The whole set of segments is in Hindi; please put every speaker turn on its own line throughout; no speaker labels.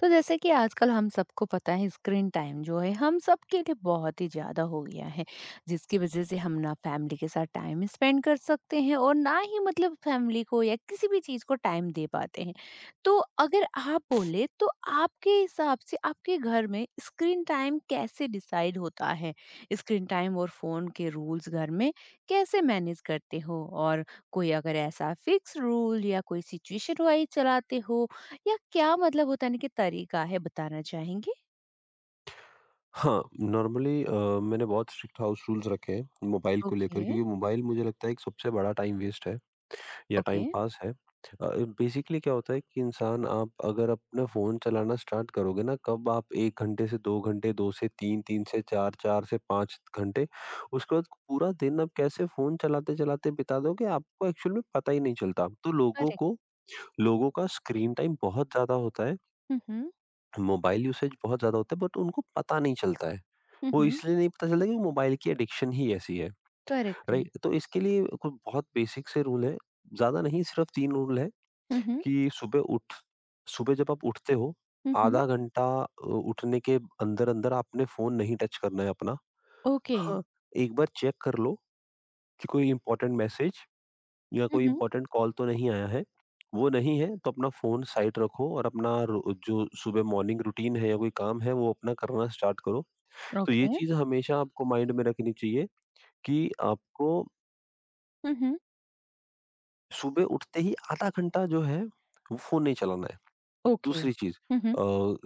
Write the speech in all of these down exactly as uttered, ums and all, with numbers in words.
तो जैसे कि आजकल हम सबको पता है स्क्रीन टाइम जो है हम सबके लिए बहुत ही ज़्यादा हो गया है, जिसकी वजह से हम ना फैमिली के साथ टाइम स्पेंड कर सकते हैं और ना ही मतलब फैमिली को या किसी भी चीज़ को टाइम दे पाते हैं। तो अगर आप बोले तो आपके हिसाब से आपके घर में स्क्रीन टाइम कैसे डिसाइड होता है? स्क्रीन टाइम और फ़ोन के रूल्स घर में कैसे मैनेज करते हो, और कोई अगर ऐसा फिक्स रूल या कोई सिचुएशन वाइज चलाते हो, या क्या मतलब होता है ना कि तरीका है बताना चाहेंगे?
हाँ, नॉर्मली अ, मैंने बहुत स्ट्रिक्ट हाउस रूल्स रखे हैं, मोबाइल को लेकर
ओके।
क्योंकि मोबाइल मुझे लगता है एक सबसे बड़ा टाइम वेस्ट है या टाइम
ओके।
पास है। अ, बेसिकली क्या होता है कि इंसान आप अगर अपना फ़ोन चलाना स्टार्ट करोगे ना, कब आप एक घंटे से दो घंटे, दो से तीन, तीन से चार, चार से पाँच घंटे, उसके बाद पूरा दिन आप कैसे फ़ोन चलाते-चलाते बिता दोगे, आपको एक्चुअल में पता ही नहीं चलता। तो लोगों
करेक्ट।
को लोगों का स्क्रीन टाइम बहुत ज़्यादा होता है,
हुँ, हुँ।
मोबाइल यूसेज बहुत ज़्यादा होता है, बट उनको पता नहीं चलता है।
हुँ,
वो
हुँ।
इसलिए नहीं पता चलता क्योंकि मोबाइल की एडिक्शन ही ऐसी है,
करेक्ट है।
राइट? तो इसके लिए कुछ बहुत बेसिक से रूल है, ज़्यादा नहीं सिर्फ तीन रूल है।
हुँ, हुँ।
कि सुबह उठ सुबह जब आप उठते हो,
हुँ, हुँ।
आधा घंटा अ, उठने के अंदर-अंदर आपने फ़ोन नहीं टच करना है अपना।
ओके।
हाँ, एक बार चेक कर लो कि कोई इम्पोर्टेंट मैसेज या
हुँ,
कोई
हुँ।
इम्पोर्टेंट कॉल तो नहीं आया है। वो नहीं है तो अपना फ़ोन साइड रखो और अपना रो जो सुबह मॉर्निंग रूटीन है या कोई काम है वो अपना करना स्टार्ट करो। तो ये
ओके।
चीज़ हमेशा आपको माइंड में रखनी चाहिए कि आपको
हुँ, हुँ।
सुबह उठते ही आधा घंटा जो है वो फोन नहीं चलाना है।
ओके।
दूसरी चीज
हुँ, हुँ।
अ,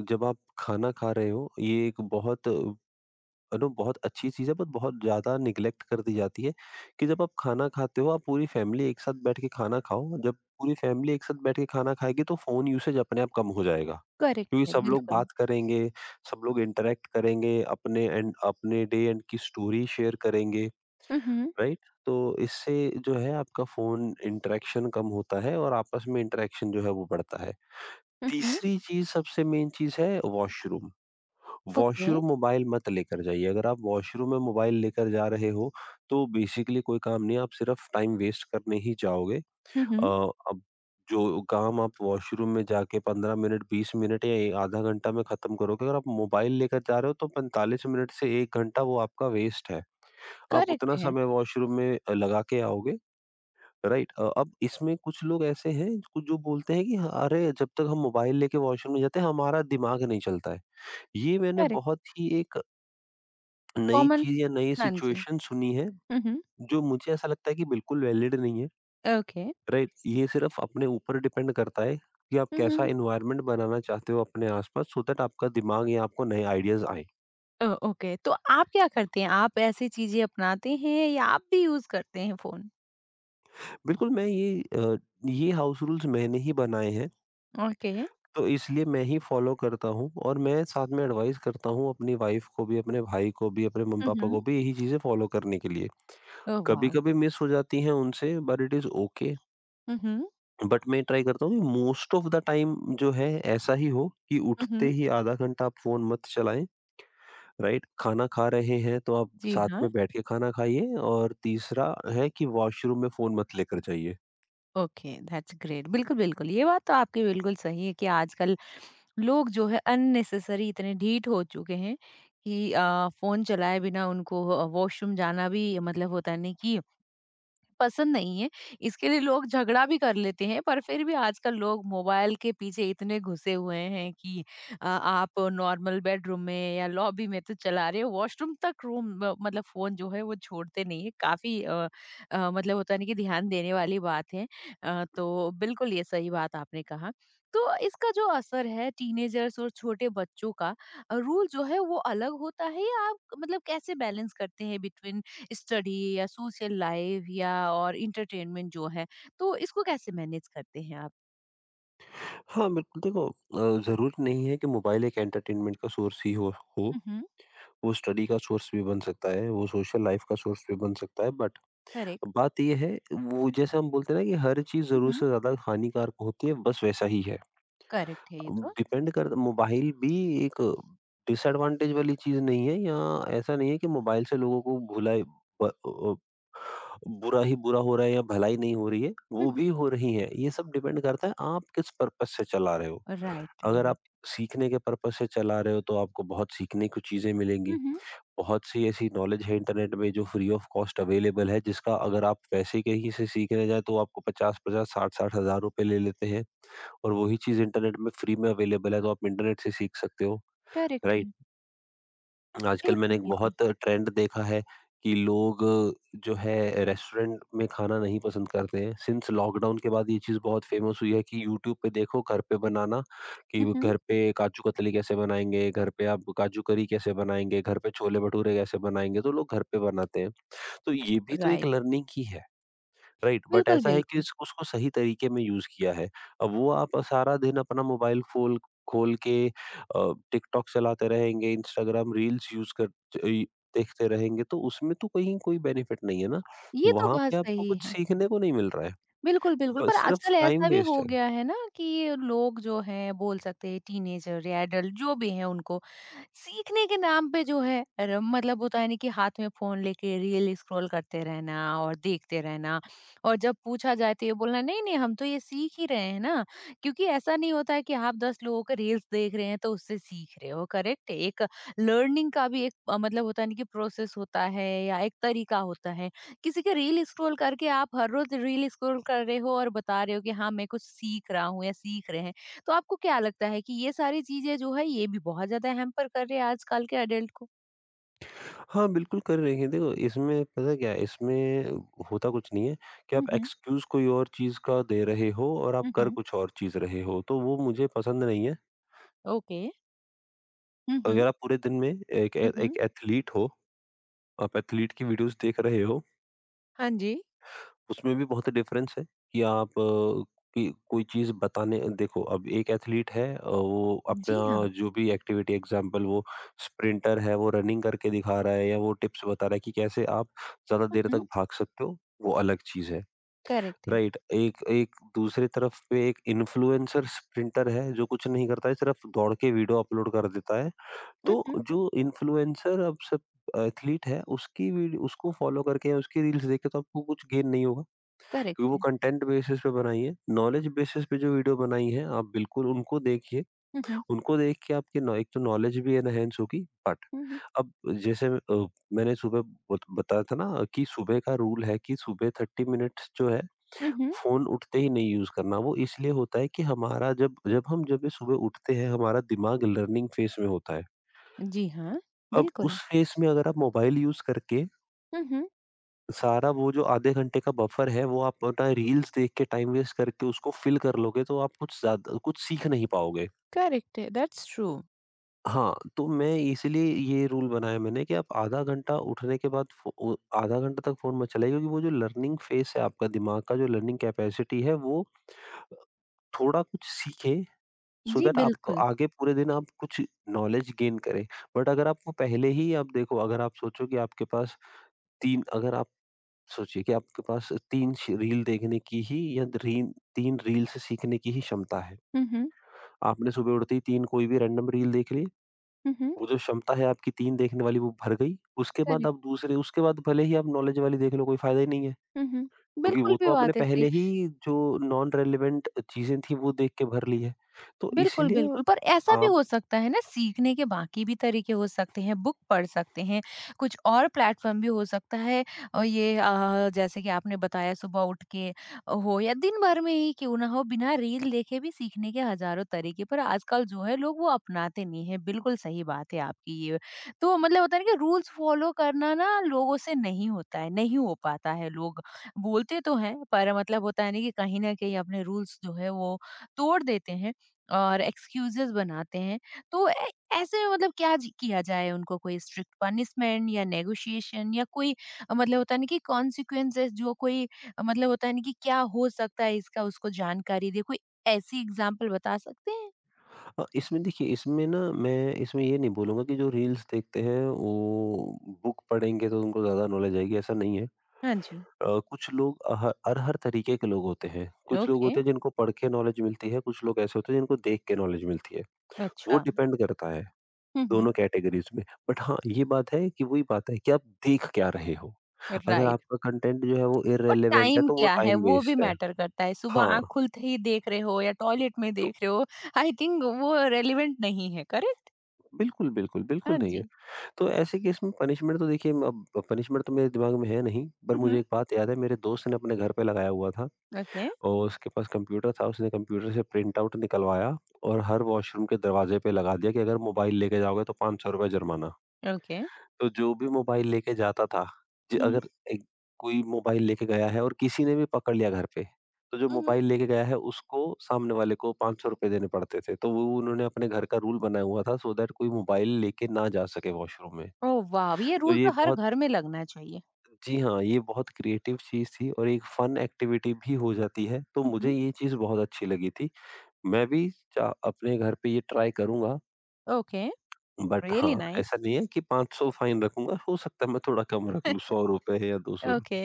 जब आप खाना खा रहे हो, ये एक बहुत अ, नो, बहुत अच्छी चीज है बट बहुत ज्यादा निग्लेक्ट कर दी जाती है कि जब आप खाना खाते हो, आप पूरी फैमिली एक साथ बैठ के खाना खाओ। जब पूरी फैमिली एक साथ बैठ के खाना खाएगी तो फोन यूसेज अपने आप कम हो जाएगा
करेक्ट
क्योंकि
है,
सब लोग
बिल्कुल।
बात करेंगे, सब लोग इंटरेक्ट करेंगे, अपने एंड अपने डे एंड की स्टोरी शेयर करेंगे,
हुँ, हुँ।
राइट? तो इससे जो है आपका फ़ोन इंटरेक्शन कम होता है और आपस में इंटरेक्शन जो है वो बढ़ता है।
हुँ, हुँ।
तीसरी चीज़ सबसे मेन चीज़ है, वॉशरूम।
ओके।
वॉशरूम मोबाइल मत लेकर जाइए। अगर आप वॉशरूम में मोबाइल लेकर जा रहे हो तो बेसिकली कोई काम नहीं है, आप सिर्फ़ टाइम वेस्ट करने ही जाओगे।
हुँ,
अ,
हुँ।
अब जो काम आप वॉशरूम में जाके पंद्रह मिनट, बीस मिनट या ए आधा घंटा में ख़त्म करोगे, अगर आप मोबाइल लेकर जा रहे हो तो पैंतालीस मिनट से एक घंटा वो आपका वेस्ट है। आप
करेक्ट
उतना
है।
समय वॉशरूम में अ, लगा के आओगे, राइट। अ, अब इसमें कुछ लोग ऐसे हैं, कु- जो बोलते हैं कि "हाँ, अरे जब तक हम मोबाइल लेके वॉशरूम में जाते हैं हमारा दिमाग नहीं चलता है।" ये मैंने
करेक्ट।
बहुत ही एक नई
कॉमन।
चीज या नई
हाँ जी।
सिचुएशन सुनी है,
हुँ, हुँ।
जो मुझे ऐसा लगता है कि बिल्कुल वैलिड नहीं है।
ओके।
राइट? ये सिर्फ अपने ऊपर डिपेंड करता है कि आप
हुँ। हुँ,
कैसा
हुँ।
एनवायरनमेंट बनाना चाहते हो अपने आसपास, सो दैट आपका दिमाग या आपको नए आइडियाज आए।
ओ ओके, तो आप क्या करते हैं? आप ऐसी चीज़ें अपनाते हैं या आप भी यूज़ करते हैं फ़ोन?
बिल्कुल, मैं ये अ, ये हाउस रूल्स मैंने ही बनाए हैं,
ओके।
तो इसलिए मैं ही फॉलो करता हूँ और मैं साथ में एडवाइस करता हूँ अपनी वाइफ को भी, अपने भाई को भी, अपने
हुँ,
मम्मी-पापा को
हुँ।
भी यही चीज़ें फॉलो करने के लिए।
ओह वाव!
कभी-कभी मिस हो जाती हैं उनसे बट इट इज़ ओके।
हुँ, हुँ।
बट मैं ट्राई करता हूँ कि मोस्ट ऑफ द टाइम जो है ऐसा ही हो कि
हुँ,
उठते
हुँ।
ही आधा घंटा आप फ़ोन मत चलाएँ, राइट? खाना खा रहे हैं तो आप
जी
साथ
हाँ।
में बैठ के खाना खाइए, और तीसरा है कि वॉशरूम में फ़ोन मत लेकर जाइए।
Okay, that's great. बिल्कुल, बिल्कुल, ये बात तो आपकी बिल्कुल सही है कि आजकल लोग जो है अननेसेसरी इतने ढीठ हो चुके हैं, कि अ, फ़ोन चलाए बिना उनको अ, वॉशरूम जाना भी मतलब होता है नहीं कि पसंद नहीं है, इसके लिए लोग झगड़ा भी कर लेते हैं, पर फिर भी आजकल लोग मोबाइल के पीछे इतने घुसे हुए हैं कि अ, आप नॉर्मल बेडरूम में या लॉबी में तो चला रहे हो, वॉशरूम तक रूम म मतलब फ़ोन जो है वो छोड़ते नहीं है। काफ़ी अ अ, मतलब होता है ना कि ध्यान देने वाली बात है। अ, तो बिल्कुल ये सही बात आपने कहा। तो इसका जो असर है टीनेजर्स और छोटे बच्चों का, अ, रूल जो है वो अलग होता है या आप मतलब कैसे बैलेंस करते हैं बिटवीन स्टडी या सोशल लाइफ या और इंटरटेनमेंट जो है, तो इसको कैसे मैनेज करते हैं आप?
हाँ, बिल्कुल। देखो अ, ज़रूरी नहीं है कि मोबाइल एक एंटरटेनमेंट का सोर्स ही हो हो।
हुँ।
वो स्टडी का सोर्स भी बन सकता है, वो सोशल लाइफ का सोर्स भी बन सकता है। But
correct.
बात ये है, वो जैसे हम बोलते हैं ना कि हर चीज़ ज़रूरत
हुँ।
से ज़्यादा हानिकारक होती है, बस वैसा ही है।
करेक्ट है ये
अब
तो।
डिपेंड कर मोबाइल भी एक डिसएडवांटेज वाली चीज़ नहीं है, या ऐसा नहीं है कि मोबाइल से लोगों को भुला ब अ, बुरा ही बुरा हो रहा है या भलाई नहीं हो रही है,
हुँ,
वो
हुँ।
भी हो रही है। ये सब डिपेंड करता है आप किस पर्पज़ से चला रहे हो।
राइट,
अगर आप
राइट।
सीखने के पर्पज़ से चला रहे हो तो आपको बहुत सीखने को चीज़ें मिलेंगी।
हुँ।
बहुत सी ऐसी नॉलेज है इंटरनेट में जो फ्री ऑफ कॉस्ट अवेलेबल है, जिसका अगर आप पैसे के ही से सीखने जाएँ तो आपको पचास पचास, साठ साठ हज़ार रुपए ले लेते हैं, और वही चीज़ इंटरनेट में फ्री में अवेलेबल है तो आप इंटरनेट से सीख सकते हो,
करेक्ट
राइट?
है।
आजकल मैंने
बिल्कुल,
एक
बिल्कुल।
बहुत ट्रेंड देखा है कि लोग जो है रेस्टोरेंट में खाना नहीं पसंद करते हैं। सिंस लॉकडाउन के बाद ये चीज़ बहुत फेमस हुई है कि यूट्यूब पे देखो घर पे बनाना, कि
हुँ,
वो
हुँ।
घर पे काजू कतली कैसे बनाएंगे, घर पे आप काजू करी कैसे बनाएंगे, घर पे छोले भटूरे कैसे बनाएंगे, तो लोग घर पे बनाते हैं। तो ये भी तो एक
राइट।
लर्निंग ही है, राइट? बट
बिल्कुल,
ऐसा है कि
बिल्कुल।
इस उसको सही तरीके में यूज़ किया है। अब वो आप सारा दिन अपना मोबाइल फ़ोल खोल के, अ, टिकटॉक चलाते रहेंगे, इंस्टाग्राम रील्स यूज़ कर ई देखते रहेंगे, तो उसमें तो कहीं कोई बेनिफिट नहीं है ना।
ये तो
वहाँ
बात
पे आपको
सही
कुछ
है।
सीखने को नहीं मिल रहा है।
बिल्कुल, बिल्कुल। पर
बस सिर्फ
आजकल
टाइम
ऐसा भी
वेस्ट
हो
है।
गया है ना कि लोग जो हैं बोल सकते हैं टीनेजर या एडल्ट जो भी हैं उनको, सीखने के नाम पे जो है र मतलब होता है ना कि हाथ में फ़ोन लेके रील स्क्रॉल करते रहना और देखते रहना। और जब पूछा जाए तो ये बोलना नहीं-नहीं हम तो ये सीख ही रहे हैं ना, क्योंकि ऐसा नहीं होता है कि आप दस लोगों का रील्स देख रहे हैं तो उससे सीख रहे हो, करेक्ट? एक लर्निंग का भी एक अ, मतलब होता है ना कि प्रोसेस होता है या एक तरीका होता है। किसी का रील स्क्रॉल करके आप हर रोज रील स्क्रॉल कर रहे हो और बता रहे हो कि हाँ मैं कुछ सीख रहा हूँ या सीख रहे हैं, तो आपको क्या लगता है कि ये सारी चीजें जो है ये भी बहुत ज्यादा हैम्पर कर रहे हैं आजकल के अडल्ट को?
हाँ, बिल्कुल कर रहे हैं। देखो, इसमें पता क्या है, इसमें होता कुछ नहीं है, कि आप
हम्म।
एक्सक्यूज़ कोई और चीज़ का दे रहे हो और आप कर
हम्म।
कुछ और चीज़ रहे हो, तो वो मुझे पसंद नहीं है।
ओके। हम्म।
अगर आप पूरे दिन में एक ए एक
हम्म।
एथलीट हो, आप एथलीट की वीडियोज़ देख रहे हो,
हाँ जी।
उसमें भी बहुत डिफरेंस है कि आप अ, कि कोई चीज़ बताने। देखो, अब एक एथलीट है, अ, वो अपना
जी हाँ।
जो भी एक्टिविटी एग्ज़ाम्पल, वो स्प्रिंटर है, वो रनिंग करके दिखा रहा है या वो टिप्स बता रहा है कि कैसे आप ज़्यादा देर तक
हम्म।
भाग सकते हो, वो अलग चीज़ है।
करेक्ट है।
राइट? एक एक दूसरी तरफ पे एक इन्फ्लुएंसर स्प्रिंटर है जो कुछ नहीं करता है, सिर्फ़ दौड़ के वीडियो अपलोड कर देता है। तो
हम्म।
जो इन्फ्लुएंसर अब सब एथलीट है, उसकी वीडियो उसको फॉलो करके या उसकी रील्स देख के तो आपको कुछ गेन नहीं होगा,
करेक्ट
क्योंकि वो
है।
कंटेंट बेसिस पे बनाई है। नॉलेज बेसिस पे जो वीडियो बनाई है आप बिल्कुल उनको देखिए,
हम्म।
उनको देख के आपकी नॉ- एक तो नॉलेज भी एनहेंस होगी। But
hmm.
अब जैसे, अ, मैंने सुबह बत- बताया था ना कि सुबह का रूल है कि सुबह थर्टी मिनट्स जो है
हम्म।
फोन उठते ही नहीं यूज करना, वो इसलिए होता है कि हमारा जब जब हम जब ये सुबह उठते हैं, हमारा दिमाग लर्निंग फेज में होता है।
जी हाँ।
अब
बिल्कुल।
उस फेस में अगर आप मोबाइल यूज़ करके
हम्म।
सारा वो जो आधे घंटे का बफर है वो आप अपना रील्स देख के टाइम वेस्ट करके उसको फ़िल कर लोगे, तो आप कुछ ज़्यादा कुछ सीख नहीं पाओगे।
करेक्ट है, दैट्स ट्रू।
हाँ, तो मैं इसीलिए ये रूल बनाया मैंने कि आप आधा घंटा उठने के बाद फ़ो ओ आधा घंटा तक फ़ोन मत चलाइए, क्योंकि वो जो लर्निंग फेस है, आपका दिमाग का जो लर्निंग कैपेसिटी है वो थोड़ा कुछ सीखे, सो
जी
दैट आपको
बिल्कुल।
आगे पूरे दिन आप कुछ नॉलेज गेन करें। बट अगर आपको पहले ही, आप देखो, अगर आप सोचो कि आपके पास तीन, अगर सोचिए कि आपके पास तीन श रील देखने की ही या री तीन रील से सीखने की ही क्षमता है।
हम्म।
आपने सुबह उठते ही तीन कोई भी रैंडम रील देख ली,
हम्म।
वो जो क्षमता है आपकी तीन देखने वाली वो भर गई। उसके बाद आप
करेक्ट।
दूसरे उसके बाद भले ही आप नॉलेज वाली देख लो, कोई फ़ायदा ही नहीं है,
हम्म,
क्योंकि वो
बिल्कुल
तो
भी
आपने
बात है।
पहले ही जो नॉन रेलेवेंट चीज़ें थी वो देख के भर ली है। तो
बिल्कुल,
इसलिए
बिल्कुल। पर ऐसा भी
आप
हो सकता है ना, सीखने के बाकी भी तरीके हो सकते हैं, बुक पढ़ सकते हैं, कुछ और प्लेटफ़ॉर्म भी हो सकता है, और ये अ, जैसे कि आपने बताया सुबह उठ के हो या दिन भर में ही क्यों ना हो, बिना रील देखे भी सीखने के हज़ारों तरीके, पर आजकल जो है लोग वो अपनाते नहीं हैं, बिल्कुल सही बात है आपकी ये। तो मतलब होता है ना कि रूल्स फ़ॉलो करना ना लोगों से नहीं होता है, नहीं हो पाता है, लोग बोलते तो हैं पर मतलब होता है ना कि कहीं न कहीं अपने रूल्स जो है वो तोड़ देते हैं। और एक्सक्यूजेस बनाते हैं, तो ऐ- ऐसे में मतलब क्या जी- किया जाए, उनको कोई स्ट्रिक्ट पनिशमेंट या नेगोशिएशन या कोई अ, मतलब होता है ना कि कॉन्सिक्वेंसेस, जो कोई अ, मतलब होता है ना कि क्या हो सकता है इसका उसको जानकारी दे, कोई ऐसी एग्जाम्पल बता सकते हैं?
अ, इसमें देखिए, इसमें ना, मैं इसमें ये नहीं बोलूँगा कि जो रील्स देखते हैं वो बुक पढ़ेंगे तो उनको ज़्यादा नॉलेज आएगी, ऐसा नहीं है।
हाँ जी।
अ, कुछ लोग, अ, ह हर हर तरीके के लोग होते हैं। कुछ लोग
ओके।
होते हैं जिनको पढ़ के नॉलेज मिलती है, कुछ लोग ऐसे होते हैं जिनको देख के नॉलेज मिलती है। वो
अच्छा।
डिपेंड करता है
हम्म।
दोनों कैटेगरीज़ में। बट हाँ, ये बात है कि वही बात है कि आप देख क्या रहे हो? अगर
राइट।
आपका कंटेंट जो है वो
और
इर्रेलेवेंट है
टाइम
तो वो
क्या है
टाइम
वो भी
वेस्ट है।
मैटर करता है, सुबह
हाँ।
आंख खुलते ही देख रहे हो या टॉयलेट में
तो
देख रहे हो, आई थिंक वो रेलिवेंट नहीं है, करेक्ट।
बिल्कुल, बिल्कुल, बिल्कुल
हाँ
नहीं है।
जी।
तो ऐसे केस में पनिशमेंट तो देखिए, अब पनिशमेंट तो मेरे दिमाग में है नहीं, पर मुझे
हम्म।
एक बात याद है, मेरे दोस्त ने अपने घर पे लगाया हुआ था।
ओके।
और उसके पास कंप्यूटर था, उसने कंप्यूटर से प्रिंटआउट निकलवाया और हर वॉशरूम के दरवाजे पे लगा दिया कि अगर मोबाइल लेके जाओगे तो पाँच सौ रुपए जुर्माना।
ओके।
तो जो भी मोबाइल लेके जाता था, ज अगर एक कोई मोबाइल लेके गया है और किसी ने भी पकड़ लिया घर पे, तो जो
मम्म।
मोबाइल लेके गया है उसको सामने वाले को पाँच सौ रुपए देने पड़ते थे। तो वो उन्होंने अपने घर का रूल बनाया हुआ था सो दैट कोई मोबाइल लेके ना जा सके वॉशरूम में।
ओह वाह, ये
तो
रूल
ये
तो हर
बहुत
घर में लगना चाहिए।
जी हाँ, ये बहुत क्रिएटिव चीज़ थी और एक फन एक्टिविटी भी हो जाती है, तो मुझे
मम्म।
ये चीज़ बहुत अच्छी लगी थी। मैं भी चा अपने घर पे ये ट्राई करूँगा।
ओके।
बट
रियली
हाँ,
नाइस।
ऐसा नहीं है कि पाँच सौ फाइन रखूँगा, हो सकता है मैं थोड़ा कम रख लूँ, ₹सौ या ₹दो सौ।
ओके।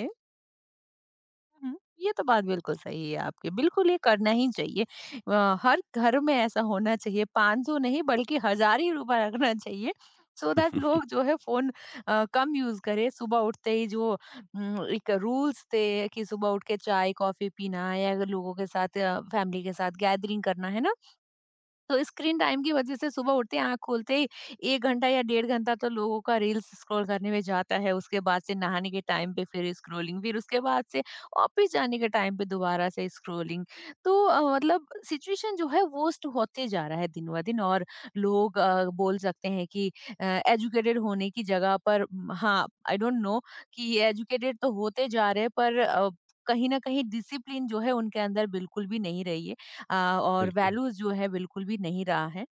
हम्म, ये तो बात बिल्कुल सही है आपकी, बिल्कुल ये करना ही चाहिए। अ, हर घर में ऐसा होना चाहिए, पाँच सौ नहीं बल्कि हजार ही रुपया रखना चाहिए, सो so दैट लोग जो है फोन अ, कम यूज करें। सुबह उठते ही जो हम्म, एक रूल्स थे कि सुबह उठ के चाय कॉफी पीना, या अगर लोगों के साथ फैमिली के साथ गैदरिंग करना है ना, तो स्क्रीन टाइम की वजह से सुबह उठते ही आँख खोलते ही एक घंटा या डेढ़ घंटा तो लोगों का रील्स स्क्रॉल करने में जाता है। उसके बाद से नहाने के टाइम पे फिर स्क्रॉलिंग, फिर उसके बाद से ऑफ़िस जाने के टाइम पे दोबारा से स्क्रॉलिंग। तो अ, मतलब सिचुएशन जो है वर्स्ट होते जा रहा है दिन-ब-दिन, और लोग अ, बोल सकते हैं कि अ, एजुकेटेड होने की जगह पर उम, हाँ, आई डोंट नो कि एजुकेटेड तो होते जा रहे हैं पर अ, कहीं न कहीं डिसिप्लिन जो है उनके अंदर बिल्कुल भी नहीं रही है। अ, और
बिल्कुल।
वैल्यूज़ जो है बिल्कुल भी नहीं रहा है।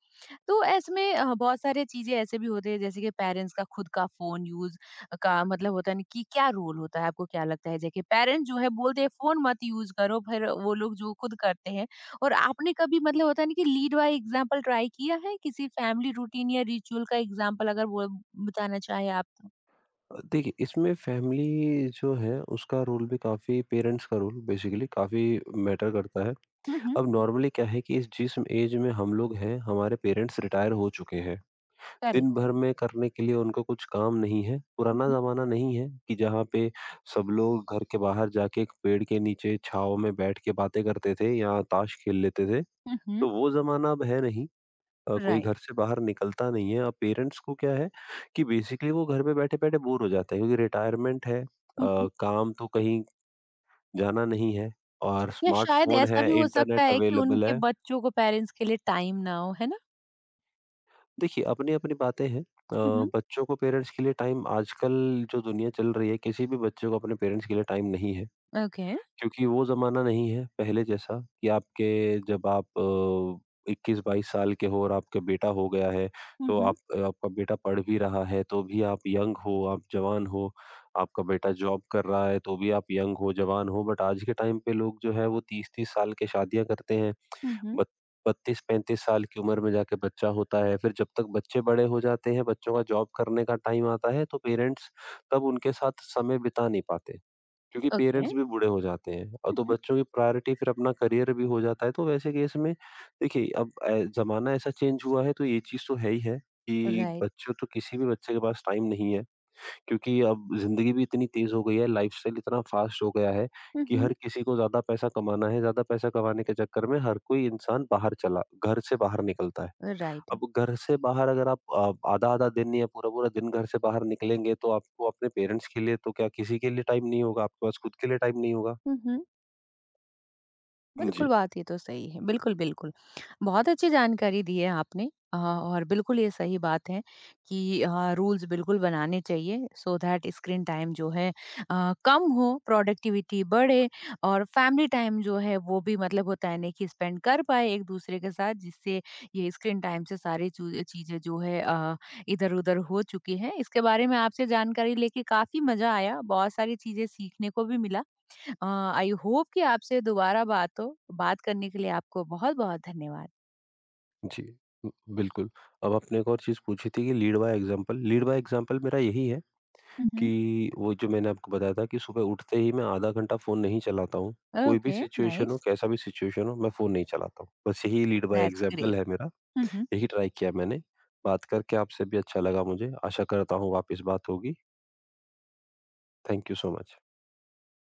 तो इसमें अ, बहुत सारे चीज़ें ऐसे भी होते हैं जैसे कि पेरेंट्स का खुद का फ़ोन यूज़ का मतलब होता है ना कि क्या रोल होता है? आपको क्या लगता है? जैसे पेरेंट्स जो है बोलते हैं फ़ोन मत यूज़ करो फिर वो लोग जो खुद करते हैं, और आपने कभी मतलब होता है ना कि लीड बाय एग्ज़ाम्पल ट्राई किया है? किसी फैमिली रूटीन या रिचुअल का एग्ज़ाम्पल अगर वो बताना चाहे आप तो?
अ, देखिए, इसमें फैमिली जो है, उसका रोल भी काफ़ी, पेरेंट्स का रोल बेसिकली काफ़ी मैटर करता है।
हुँ, हुँ।
अब नॉर्मली क्या है कि इस जिस एज में हम लोग हैं, हमारे पेरेंट्स रिटायर हो चुके हैं। दिन
करेक्ट है।
भर में करने के लिए उनको कुछ काम नहीं है।
हुँ,
पुराना
हुँ।
ज़माना नहीं है कि जहाँ पे सब लोग घर के बाहर जाके एक पेड़ के नीचे छाँव में बैठ के बातें करते थे या ताश खेल लेते थे।
हुँ, हुँ।
तो वो ज़माना अब है नहीं। अ, कोई
राइट।
घर से बाहर निकलता नहीं है। अब पेरेंट्स को क्या है कि बेसिकली वो घर पे बैठे-बैठे बोर हो जाते हैं, क्योंकि रिटायरमेंट है। अ,
हुँ, हुँ।
काम तो कहीं जाना नहीं है और
या शायद
स्मार्टफ़ोन
ऐसा
है,
भी हो सकता
इंटरनेट
है कि
अवेलेबल
उनके
है।
बच्चों को पेरेंट्स के लिए टाइम ना हो, है ना?
देखिए, अपनी-अपनी बातें हैं। अ,
Mhm.
बच्चों को पेरेंट्स के लिए टाइम आजकल, जो दुनिया चल रही है, किसी भी बच्चे को अपने पेरेंट्स के लिए टाइम नहीं है।
Okay.
क्योंकि वो ज़माना नहीं है पहले जैसा कि आपके जब आप अ, इक्कीस बाईस साल के हो और आपका बेटा हो गया है, तो
Mhm.
आप आपका बेटा पढ़ भी रहा है, तो भी आप यंग हो, आप जवान हो। आपका बेटा जॉब कर रहा है, तो भी आप यंग हो, जवान हो। बट आज के टाइम पे लोग जो है वो तीस तीस साल के शादियाँ करते हैं।
Mhm.
बत बत्तीस पैंतीस साल की उम्र में जाके बच्चा होता है, फिर जब तक बच्चे बड़े हो जाते हैं, बच्चों का जॉब करने का टाइम आता है, तो पेरेंट्स तब उनके साथ समय बिता नहीं पाते, क्योंकि
Okay.
पेरेंट्स भी बूढ़े हो जाते हैं, और तो
Mhm.
बच्चों की प्रायोरिटी फिर अपना करियर भी हो जाता है। तो वैसे केस में देखिए, अब ए, ज़माना ऐसा चेंज हुआ है तो ये चीज़ तो है ही है कि
Right.
बच्चों तो किसी भी बच्चे के पास टाइम नहीं है। क्योंकि अब ज़िंदगी भी इतनी तेज़ हो गई है, लाइफ़स्टाइल इतना फ़ास्ट हो गया है कि हर
Mhm.
किसी को ज़्यादा पैसा कमाना है, ज़्यादा पैसा कमाने के चक्कर में हर कोई इंसान बाहर चला घर से बाहर निकलता है।
Right.
अब घर से बाहर अगर आप अ, आधा-आधा दिन या पूरा-पूरा दिन घर से बाहर निकलेंगे, तो आपको अपने पेरेंट्स के लिए तो क्या, किसी के लिए टाइम नहीं होगा, आपके पास खुद के लिए टाइम नहीं होगा।
Mhm.
जी।
बिल्कुल, बात ये तो सही है। बिल्कुल, बिल्कुल। बहुत अच्छी जानकारी दी है आपने। अ, और बिल्कुल ये सही बात है कि अ, रूल्स बिल्कुल बनाने चाहिए सो दैट स्क्रीन टाइम जो है अ, कम हो, प्रोडक्टिविटी बढ़े, और फैमिली टाइम जो है वो भी मतलब होता है ना कि स्पेंड कर पाए एक-दूसरे के साथ, जिससे ये स्क्रीन टाइम से सारी चू चीज़ें जो है अ, इधर-उधर हो चुकी हैं। इसके बारे में आपसे जानकारी लेके काफ़ी मज़ा आया, बहुत सारी चीज़ें सीखने को भी मिला। आई होप कि आपसे दोबारा बात हो। बात करने के लिए आपको बहुत बहुत धन्यवाद।
जी, बिल्कुल। अब आपने एक और चीज़ पूछी थी कि lead by example, lead by example मेरा यही है
Mm-hmm.
कि वो जो मैंने आपको बताया था कि सुबह उठते ही मैं आधा घंटा फ़ोन नहीं चलाता हूँ। कोई भी
Okay,
सिचुएशन हो,
nice.
कैसा भी सिचुएशन हो, मैं फ़ोन नहीं चलाता हूँ। बस यही lead by
that's
example
great.
है मेरा।
Mm-hmm.
यही ट्राई किया मैंने। बात करके आपसे भी अच्छा लगा मुझे। आशा करता हूँ वापस बात होगी। Thank you so much.